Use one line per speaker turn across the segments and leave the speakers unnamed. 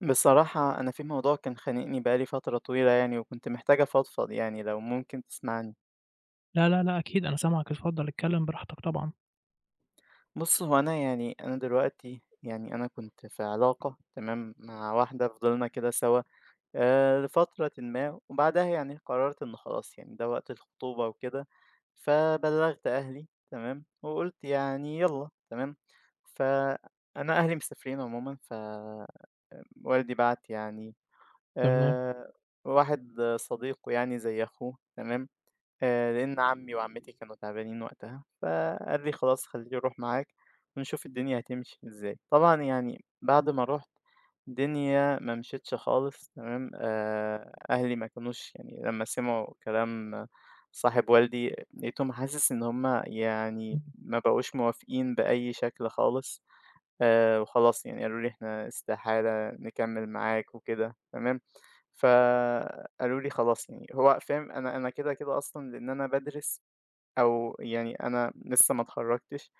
بصراحة، أنا في موضوع كان خانقني بقالي فترة طويلة يعني، وكنت محتاجة أفضفض يعني لو ممكن تسمعني.
لا، لا، لأ، أكيد أنا سامعك، اتفضل اتكلّم براحتك طبعًا.
بص، هو أنا يعني أنا دلوقتي يعني أنا كنت في علاقة، تمام، مع واحدة فضلنا كده سوا لفترة ما، وبعدها يعني قررت إن خلاص يعني ده وقت الخطوبة وكده. فبلغت أهلي، تمام، وقلت يعني يلا، تمام. فأنا أهلي مسافرين عموما، والدي بعت يعني
تمام،
آآ واحد صديقه يعني زي أخوه، تمام، لإن عمي وعمتي كانوا تعبانين وقتها، فقال لي: "خلاص، خلّيني أروح معاك ونشوف الدنيا هتمشي إزاي." طبعًا يعني بعد ما رُحت الدنيا ما مشيتش خالص، تمام. أهلي ما كانوش يعني لمّا سمعوا كلام صاحب والدي لقيتهم حاسس إن هم
إمم،
يعني ما بقوش موافقين بأي شكل خالص. وخلاص يعني قالوا لي: "إحنا استحالة نكمّل معاك وكده." تمام. فقالوا لي خلاص يعني هو فاهم أنا كده، كده أصلًا لإن أنا بادرس أو يعني أنا لسه ما اتخرّجتش،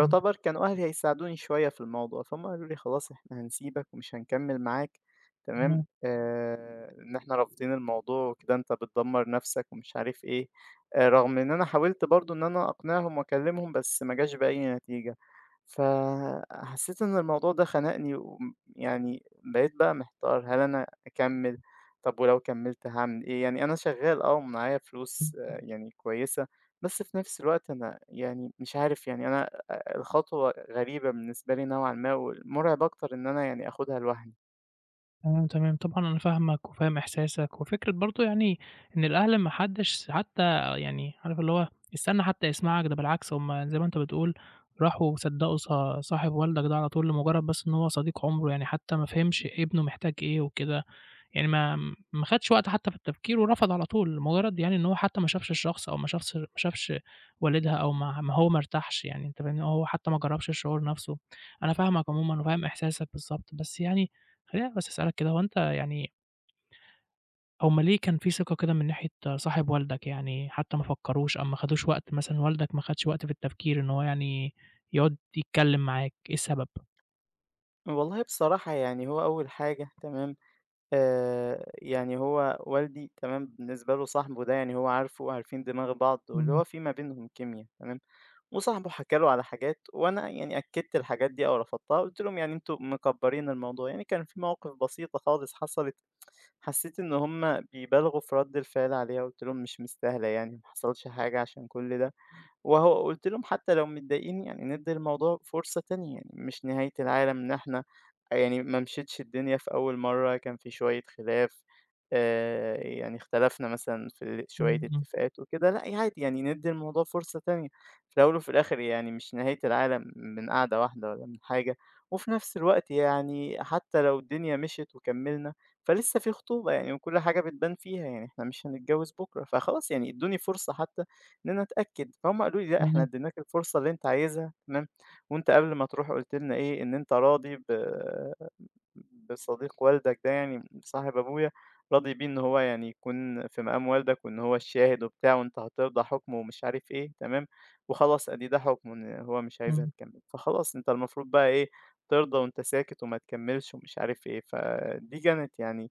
إمم،
كانوا أهلي هيساعدوني شوية في الموضوع، فهُم قالوا لي: "خلاص إحنا هنسيبك ومش هنكمّل معاك." تمام.
تمام،
إن إحنا رافضين الموضوع وكده، أنت بتدمّر نَفْسك ومش عارف إيه. رغم إن أنا حاولت برضه إن أنا أقنعهم وأكلّمهم بس ما جاش بأي نتيجة، فحسّيت إن الموضوع ده خنقني يعني بقيت بقى محتار هل أنا أكمّل، طَب ولو كمّلت هاعمل إيه؟ يعني أنا شغّال آه، ومعايا فلوس آه،
إمم،
يعني كويسة، بس في نفس الوقت أنا يعني مش عارف يعني أنا الخطوة غريبة بالنسبة لي نوعًا ما، والمُرعب أكتر إن أنا يعني آخُدها لوحدي.
تمام، تمام، طبعًا أنا فاهمك وفاهم إحساسك، وفكرة برضه يعني إن الأهل ما حدّش حتى يعني عارف اللي هو استنى حتى يسمعك، ده بالعكس هُم زي ما أنت بتقول راحوا صدّقوا صاحب والدك ده على طول لمجرّد بس إن هو صديق عمره، يعني حتى ما فهمش ابنه محتاج إيه وكده. يعني ما خدش وقت حتى في التفكير ورفض على طول، لمجرد يعني إن هو حتى ما شافش الشخص أو ما شافش والدها أو ما هو ما ارتاحش يعني أنت فاهمني، هو حتى ما جرّبش الشعور نفسه. أنا فاهمك عمومًا وفاهم إحساسك بالضبط، بس يعني خلّيني بس أسألك كده، هو أنت يعني هُم ليه كان في ثقة كده من ناحية صاحب والدك، يعني حتى ما فكّروش أو ما خدوش وقت مثلًا والدك ما خدش وقت في التفكير إن هو يعني يقعد يتكلّم معاك، إيه السبب؟
والله بصراحة يعني هو أول حاجة، تمام. يعني هو والدي، تمام، بالنسبة له صاحبه ده يعني هو عارفه وعارفين دماغ بعض واللي
إمم،
هو في ما بينهم كيميا، تمام، وصاحبه حكى له على حاجات وأنا يعني أكّدت الحاجات دي أو رفضتها، قُلت لهم يعني أنتم مكبّرين الموضوع، يعني كان في مواقف بسيطة خالص حصلت حسيت إن هُم بيبالغوا في رد الفعل عليها، قُلت لهم مش مستاهلة يعني، ما حصلش حاجة عشان كل ده. وهو قُلت لهم حتى لو مضايقين يعني ندّي الموضوع فرصة تانية، يعني مش نهاية العالم إن إحنا يعني ما مشيتش الدنيا في أول مرّة، كان في شوية خلاف، يعني اختلفنا مثلًا في شوية
إمم، إمم،
اتفاقات وكده، لأ يعني عادي يعني ندّي الموضوع فرصة تانية، في الأول وفي الآخر يعني مش نهاية العالم من قعدة واحدة ولا من حاجة، وفي نفس الوقت يعني حتى لو الدنيا مشيت وكمّلنا فلسه في خطوبة يعني وكل حاجة بتبان فيها، يعني إحنا مش هنتجوّز بُكرة، فخلاص يعني ادّوني فرصة حتى إن أنا أتأكد. فهُم قالوا لي: "لأ، إحنا
تمام،
ادّيناك الفرصة اللي أنت عايزها، تمام، وأنت قبل ما تروح قُلت لنا إيه، إن أنت راضي بصديق والدك ده يعني صاحب أبويا، راضي بيه إن هو يعني يكون في مقام والدك وإن هو الشاهد وبتاع وأنت هترضى حُكمه ومش عارف إيه، تمام، وخلاص أدي ده حُكمه إن هو مش عايزها
إمم.
تكمّل، فخلاص أنت المفروض بقى إيه، ترضى وأنت ساكت وما تكمّلش." ومش عارف إيه. فدي كانت يعني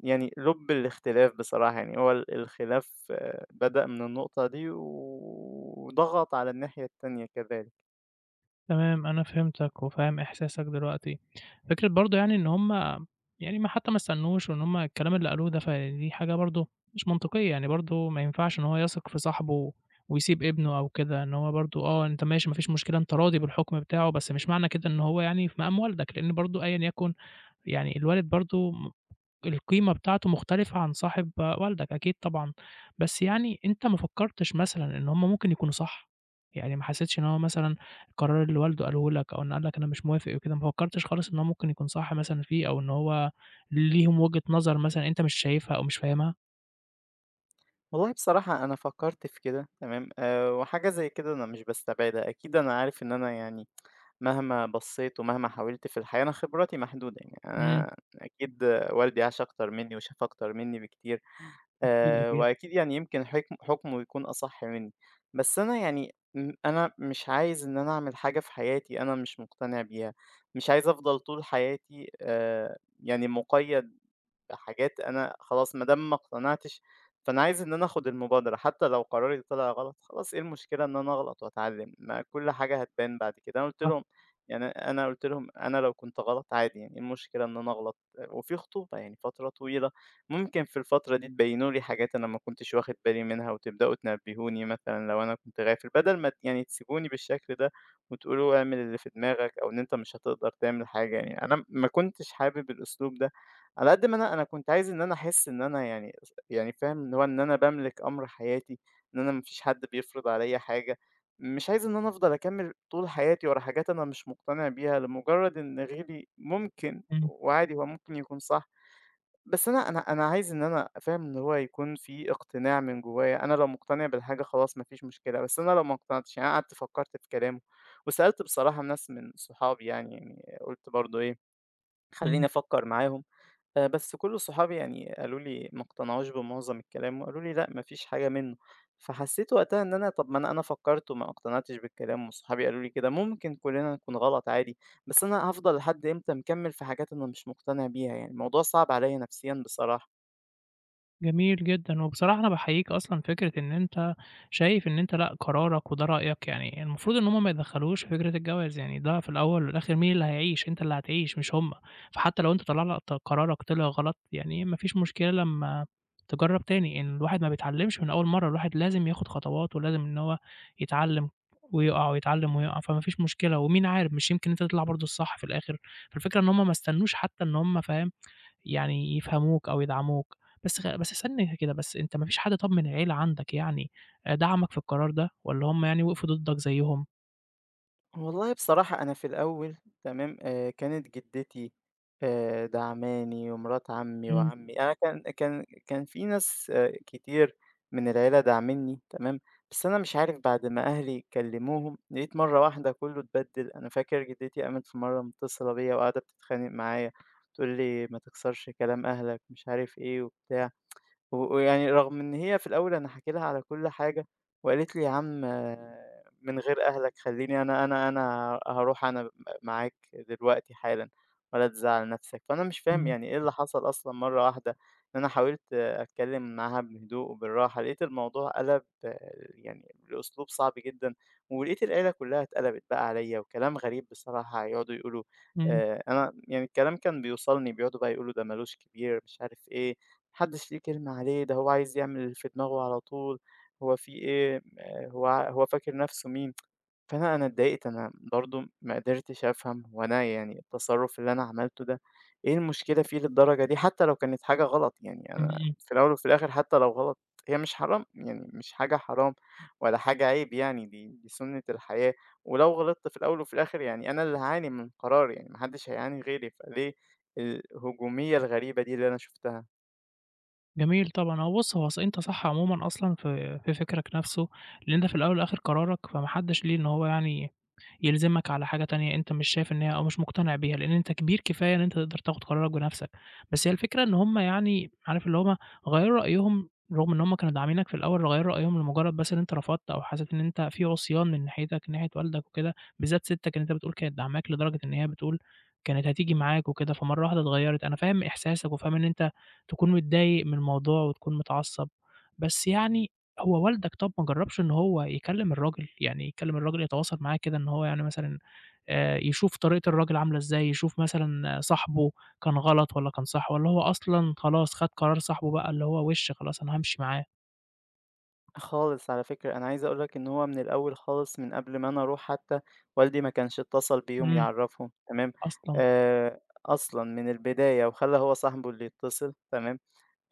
لُب الاختلاف بصراحة، يعني هو الخلاف آه، بدأ من النقطة دي وضغط على الناحية التانية كذلك.
تمام، أنا فهمتك وفاهم إحساسك دلوقتي. فكرة برضه يعني إن هُم يعني ما حتى ما استنّوش وإن هُم الكلام اللي قالوه ده فدي حاجة برضه مش منطقية، يعني برضه ما ينفعش إن هو يثق في صاحبه ويسيب ابنه أو كده، إن هو برضه أنت ماشي ما فيش مشكلة، أنت راضي بالحُكم بتاعه، بس مش معنى كده إن هو يعني في مقام والدك، لإن برضه أيًا يكن يعني الوالد برضه القيمة بتاعته مختلفة عن صاحب والدك أكيد طبعًا، بس يعني أنت ما فكّرتش مثلًا إن هم ممكن يكونوا صح؟ يعني ما حسيتش إن هو مثلًا القرار اللي والده قاله لك أو إنه قال لك أنا مش موافق وكده، ما فكّرتش خالص إن هو ممكن يكون صح مثلًا فيه أو إن هو ليهم وجهة نظر مثلًا أنت مش شايفها أو مش فاهمها؟
والله بصراحة أنا فكّرت في كده، تمام. وحاجة زي كده أنا مش باستبعدها، أكيد أنا عارف إن أنا يعني مهما بصّيت ومهما حاولت في الحياة أنا خبراتي محدودة يعني،
إمم،
أنا أكيد آه، والدي عاش أكتر منّي وشاف أكتر منّي بكتير.
أكيد، أكيد،
وأكيد يعني يمكن حكمه يكون أصح منّي، بس أنا يعني أنا مش عايز إن أنا أعمل حاجة في حياتي أنا مش مقتنع بيها، مش عايز أفضل طول حياتي يعني مُقيّد بحاجات أنا خلاص ما دام ما اقتنعتش، فأنا عايز إن أنا آخُد المبادرة، حتى لو قراري طلع غلط، خلاص إيه المشكلة إن أنا أغلط وأتعلّم، ما كل حاجة هتبان بعد كده. أنا قُلت
صح،
لهم يعني أنا قُلت لهم: "أنا لو كنت غلط عادي يعني إيه المشكلة إن أنا أغلط، وفي خطوبة يعني فترة طويلة، ممكن في الفترة دي تبيّنوا لي حاجات أنا ما كنتش واخد بالي منها وتبدأوا تنبّهوني مثلًا لو أنا كنت غافل، بدل ما يعني تسيبوني بالشكل ده وتقولوا اعمل اللي في دماغك أو إن أنت مش هتقدر تعمل حاجة." يعني أنا ما كنتش حابب الأسلوب ده. على قد ما أنا كنت عايز إن أنا أحس إن أنا يعني يعني فاهم، اللي هو إن أنا باملك أمر حياتي، إن أنا ما فيش حد بيفرض عليّا حاجة، مش عايز إن أنا أفضل أكمّل طول حياتي ورا حاجات أنا مش مقتنع بيها لمجرد إن غيري ممكن
إمم،
وعادي هو ممكن يكون صح، بس أنا عايز إن أنا فاهم، اللي هو يكون في اقتناع من جوّايا، أنا لو مقتنع بالحاجة خلاص ما فيش مشكلة، بس أنا لو ما اقتنعتش يعني أنا قعدت فكّرت في كلامه وسألت بصراحة ناس من صحابي يعني، يعني قُلت برضه إيه، خلّيني
إمم.
أفكّر معاهم. بس كل صحابي يعني قالوا لي ما اقتنعوش بمعظم الكلام وقالوا لي: "لأ، ما فيش حاجة منه." فحسيت وقتها إن أنا طب ما أنا فكّرت وما اقتنعتش بالكلام وصحابي قالوا لي كده، ممكن كلنا نكون غلط عادي، بس أنا هافضل لحد إمتى مكمّل في حاجات أنا مش مقتنع بيها؟ يعني الموضوع صعب عليّا نفسيًا بصراحة.
جميل جدًا، وبصراحة أنا باحييك أصلًا فكرة إن أنت شايف إن أنت لأ قرارك وده رأيك، يعني المفروض إن هُم ما يتدخلوش في فكرة الجواز، يعني ده في الأول والآخر مين اللي هيعيش، أنت اللي هتعيش مش هُم، فحتى لو أنت طلع لك قرارك طلع غلط يعني ما فيش مشكلة لمّا تجرّب تاني، إن الواحد ما بيتعلمش من أول مرّة، الواحد لازم ياخد خطوات ولازم إن هو يتعلم ويقع ويتعلم ويقع، فما فيش مشكلة ومين عارف مش يمكن أنت تطلع برضه الصح في الآخر، فالفكرة إن هُم ما استنوش حتى إن هُم فاهم يعني يفهموك أو يدعموك. بس استني كده بس أنت ما فيش حد طب من العيلة عندك يعني دعمك في القرار ده والّا هم يعني وقفوا ضدك زيّهم؟
والله بصراحة أنا في الأول، تمام آه، كانت جدتي آه، دعماني ومرات عمي
إمم،
وعمي، أنا كان في ناس آه، كتير من العيلة دعمني، تمام. بس أنا مش عارف بعد ما أهلي كلموهم لقيت مرة واحدة كله اتبدل. أنا فاكر جدتي قامت في مرة متصلة بيا وقاعدة بتتخانق معايا تقول لي ما تكسرش كلام أهلك مش عارف إيه وبتاع، و ويعني رغم إن هي في الأول أنا حكيت لها على كل حاجة، وقالت لي: "يا عم آه، من غير أهلك خلّيني أنا هاروح أنا معاك دلوقتي حالًا ولا تزعّل نَفْسك." فأنا مش فاهم
إمم،
يعني إيه اللي حصل أصلًا مرّة واحدة، إن أنا حاولت آه، أتكلّم معاها بهدوء وبالراحة، لقيت الموضوع قَلَب آه، يعني لأسلوب صعب جدًا، ولقيت العيلة كُلّها اتقلبت بقى عليّا وكلام غريب بصراحة، هيقعدوا يقولوا،
إمم،
أنا يعني الكلام كان بيوصلني، بيقعدوا بقى يقولوا ده ما لوش كبير، مش عارف إيه، ما حدّش ليه كلمة عليه، ده هو عايز يعمل اللي في دماغه على طول، هو في إيه، هو فاكر نَفْسه مين؟ فأنا اتضايقت، أنا برضه ما قدرتش أفهم هو أنا يعني التصرُّف اللي أنا عملته ده إيه المشكلة فيه للدرجة دي، حتى لو كانت حاجة غلط، يعني أنا
إمم،
في الأول وفي الآخر حتى لو غلط هي مش حرام، يعني مش حاجة حرام ولا حاجة عيب يعني، دي سُنّة الحياة، ولو غلطت في الأول وفي الآخر يعني أنا اللي هاعاني من قراري يعني ما حدش هيعاني غيري، فليه الهجومية الغريبة دي اللي أنا شُفتها؟
جميل طبعًا، هو بُص، هو ص أنت صح عمومًا أصلًا في فكرك نَفْسه، لإن ده في الأول والآخِر قرارك، فما حدّش ليه إن هو يعني يلزمك على حاجة تانية أنت مش شايف إن هي أو مش مقتنع بيها، لإن أنت كبير كفاية إن أنت تقدر تاخُد قرارك بنَفْسك. بس هي الفكرة إن هم يعني عارف اللي هم غيّروا رأيهم رغم إن هم كانوا داعمينك في الأول، غيّروا رأيهم لمُجرّد بس إن أنت رفضت أو حسّيت إن أنت في عُصيان من ناحيتك ناحية والدك وكده، بالذات سِتّك اللي أنت بتقول كانت داعماك لدرجة إن هي بتقول كانت هتيجي معاك وكده، فمرّة واحدة اتغيّرت. أنا فاهم إحساسك وفاهم إن أنت تكون متضايق من الموضوع وتكون متعصّب، بس يعني هو والدك طَب ما جرّبش إن هو يكلّم الراجل، يعني يكلّم الراجل يتواصل معاه كده إن هو يعني مثلًا يشوف طريقة الراجل عاملة إزاي، يشوف مثلًا صاحبه كان غلط والّا كان صح والّا هو أصلًا خلاص خَد قرار صاحبه بقى اللي هو وِش خلاص أنا هامشي معاه،
خالص على فكرة، أنا عايز أقول لك إن هو من الأول خالص من قبل ما أنا أروح حتى، والدي ما كانش اتصل بيهم
إمم،
يعرّفهم، تمام.
أصلًا،
أصلًا من البداية وخلّى هو صاحبه اللي يتصل، تمام.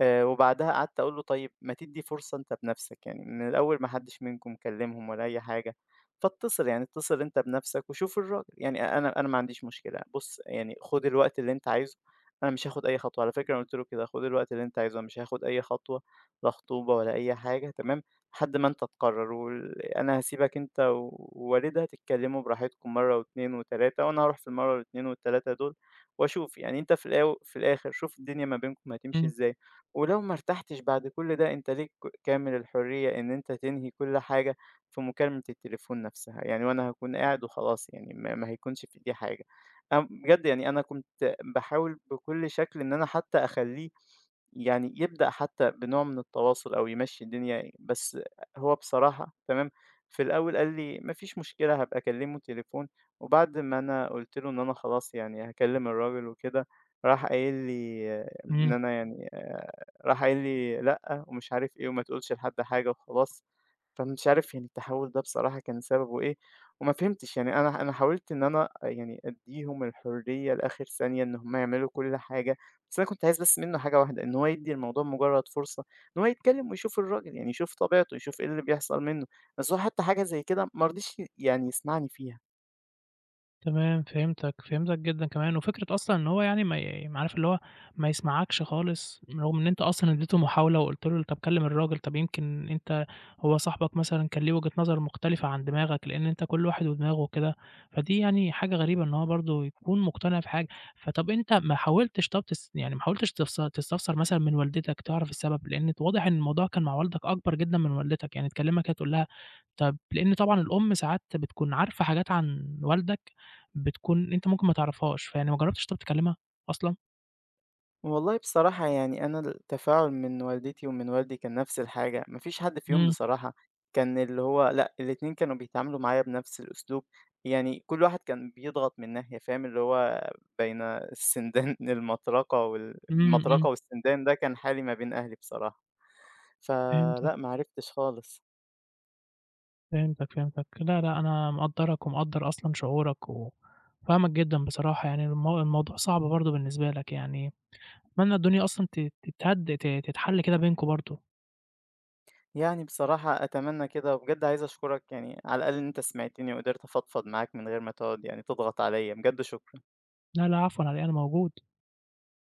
وبعدها قعدت أقول له: "طيب ما تدّي فرصة أنت بنَفْسك، يعني من الأول ما حدّش منكم كلّمهم ولا أي حاجة، فاتصل، يعني اتصل أنت بنَفْسك وشوف الراجل، يعني أنا ما عنديش مشكلة، بُص يعني خُد الوقت اللي أنت عايزه، أنا مش هاخُد أي خطوة." على فكرة أنا قُلت له كده: "خُد الوقت اللي أنت عايزه، أنا مش هاخُد أي خطوة، لا خطوبة ولا أي حاجة، تمام، لحد ما أنت تقرّر، أنا هاسيبك أنت ووالدها تتكلّموا براحتكم مرّة و2 و3، وأنا هاروح في المرّة ال2 وال3 دول وأشوف، يعني أنت في الآخر شوف الدنيا ما بينكم هتمشي
إمم،
إزاي. ولو ما ارتحتش بعد كل ده أنت ليك كامل الحرية إن أنت تنهي كل حاجة في مكالمة التليفون نفسها، يعني وأنا هاكون قاعد وخلاص يعني ما هيكونش في إيدي حاجة." أنا بجد يعني أنا كنت باحاول بكل شكل إن أنا حتى أخلّيه يعني يبدأ حتى بنوع من التواصل أو يمشّي الدنيا، بس هو بصراحة، تمام، في الأول قال لي: "ما فيش مشكلة، هابقى أكلّمه تليفون." وبعد ما أنا قُلت له إن أنا خلاص يعني هاكلّم الراجل وكده، راح قايل لي آه، إن
إمم.
أنا يعني راح قايل لي: "لأ." ومش عارف إيه "وما تقولش لحد حاجة وخلاص." فمش عارف يعني التحوّل ده بصراحة كان سببه إيه، وما فهمتش. يعني أنا حاولت إن أنا يعني أدّيهم الحرية لآخر ثانية إن هم يعملوا كل حاجة، بس أنا كنت عايز بس منّه حاجة واحدة، إن هو يدّي الموضوع مجرّد فرصة إن هو يتكلّم ويشوف الراجل، يعني يشوف طبيعته، يشوف إيه اللي بيحصل منّه، بس هو حتّى حاجة زي كده ما رضيش يعني يسمعني فيها.
تمام، فهمتك، فهمتك جدًا كمان، وفكرة أصلًا إن هو يعني ما عارف اللي هو ما يسمعكش خالص، رغم إن أنت أصلًا ادّيته محاولة وقُلت له طب كلم الراجل، طب يمكن أنت هو صاحبك مثلًا كان ليه وجهة نظر مختلفة عن دماغك، لإن أنت كل واحد ودماغه وكده، فدي يعني حاجة غريبة إن هو برضه يكون مقتنع بحاجة، فطب أنت ما حاولتش طب يعني ما حاولتش تستفسر مثلًا من والدتك تعرف السبب؟ لإن واضح إن الموضوع كان مع والدك أكبر جدًا من والدتك، يعني تكلمها كده تقول لها طب لإن طبعًا الأم ساعات بتكون عارفة حاجات عن والدك بتكون أنت ممكن ما تعرفهاش، فيعني ما جرّبتش طَب تكلّمها أصلًا؟
والله بصراحة يعني أنا التفاعل من والدتي ومن والدي كان نفس الحاجة، ما فيش حد فيهم
إمم،
بصراحة كان اللي هو لأ، الاتنين كانوا بيتعاملوا معايا بنفس الأسلوب، يعني كل واحد كان بيضغط من ناحية، فاهم؟ اللي هو بين السندان
إمم، إمم،
المطرقة والسندان ده كان حالي ما بين أهلي بصراحة،
فهمتك،
فلأ ما عرفتش خالص.
فهمتك، فهمتك. لا، لأ، أنا مقدّرك ومقدّر أصلًا شعورك وفاهمك جدًا بصراحة، يعني الموضوع صعب برضه بالنسبة لك يعني، أتمنى الدنيا أصلًا ت تتهد ت تتحل كده بينكم برضه.
يعني بصراحة أتمنى كده، وبجد عايز أشكرك يعني على الأقل إن أنت سمعتني وقدرت أفضفض معاك من غير ما تقعد يعني تضغط عليا. بجد شكرا.
لا، لا، عفوًا على إيه، أنا موجود.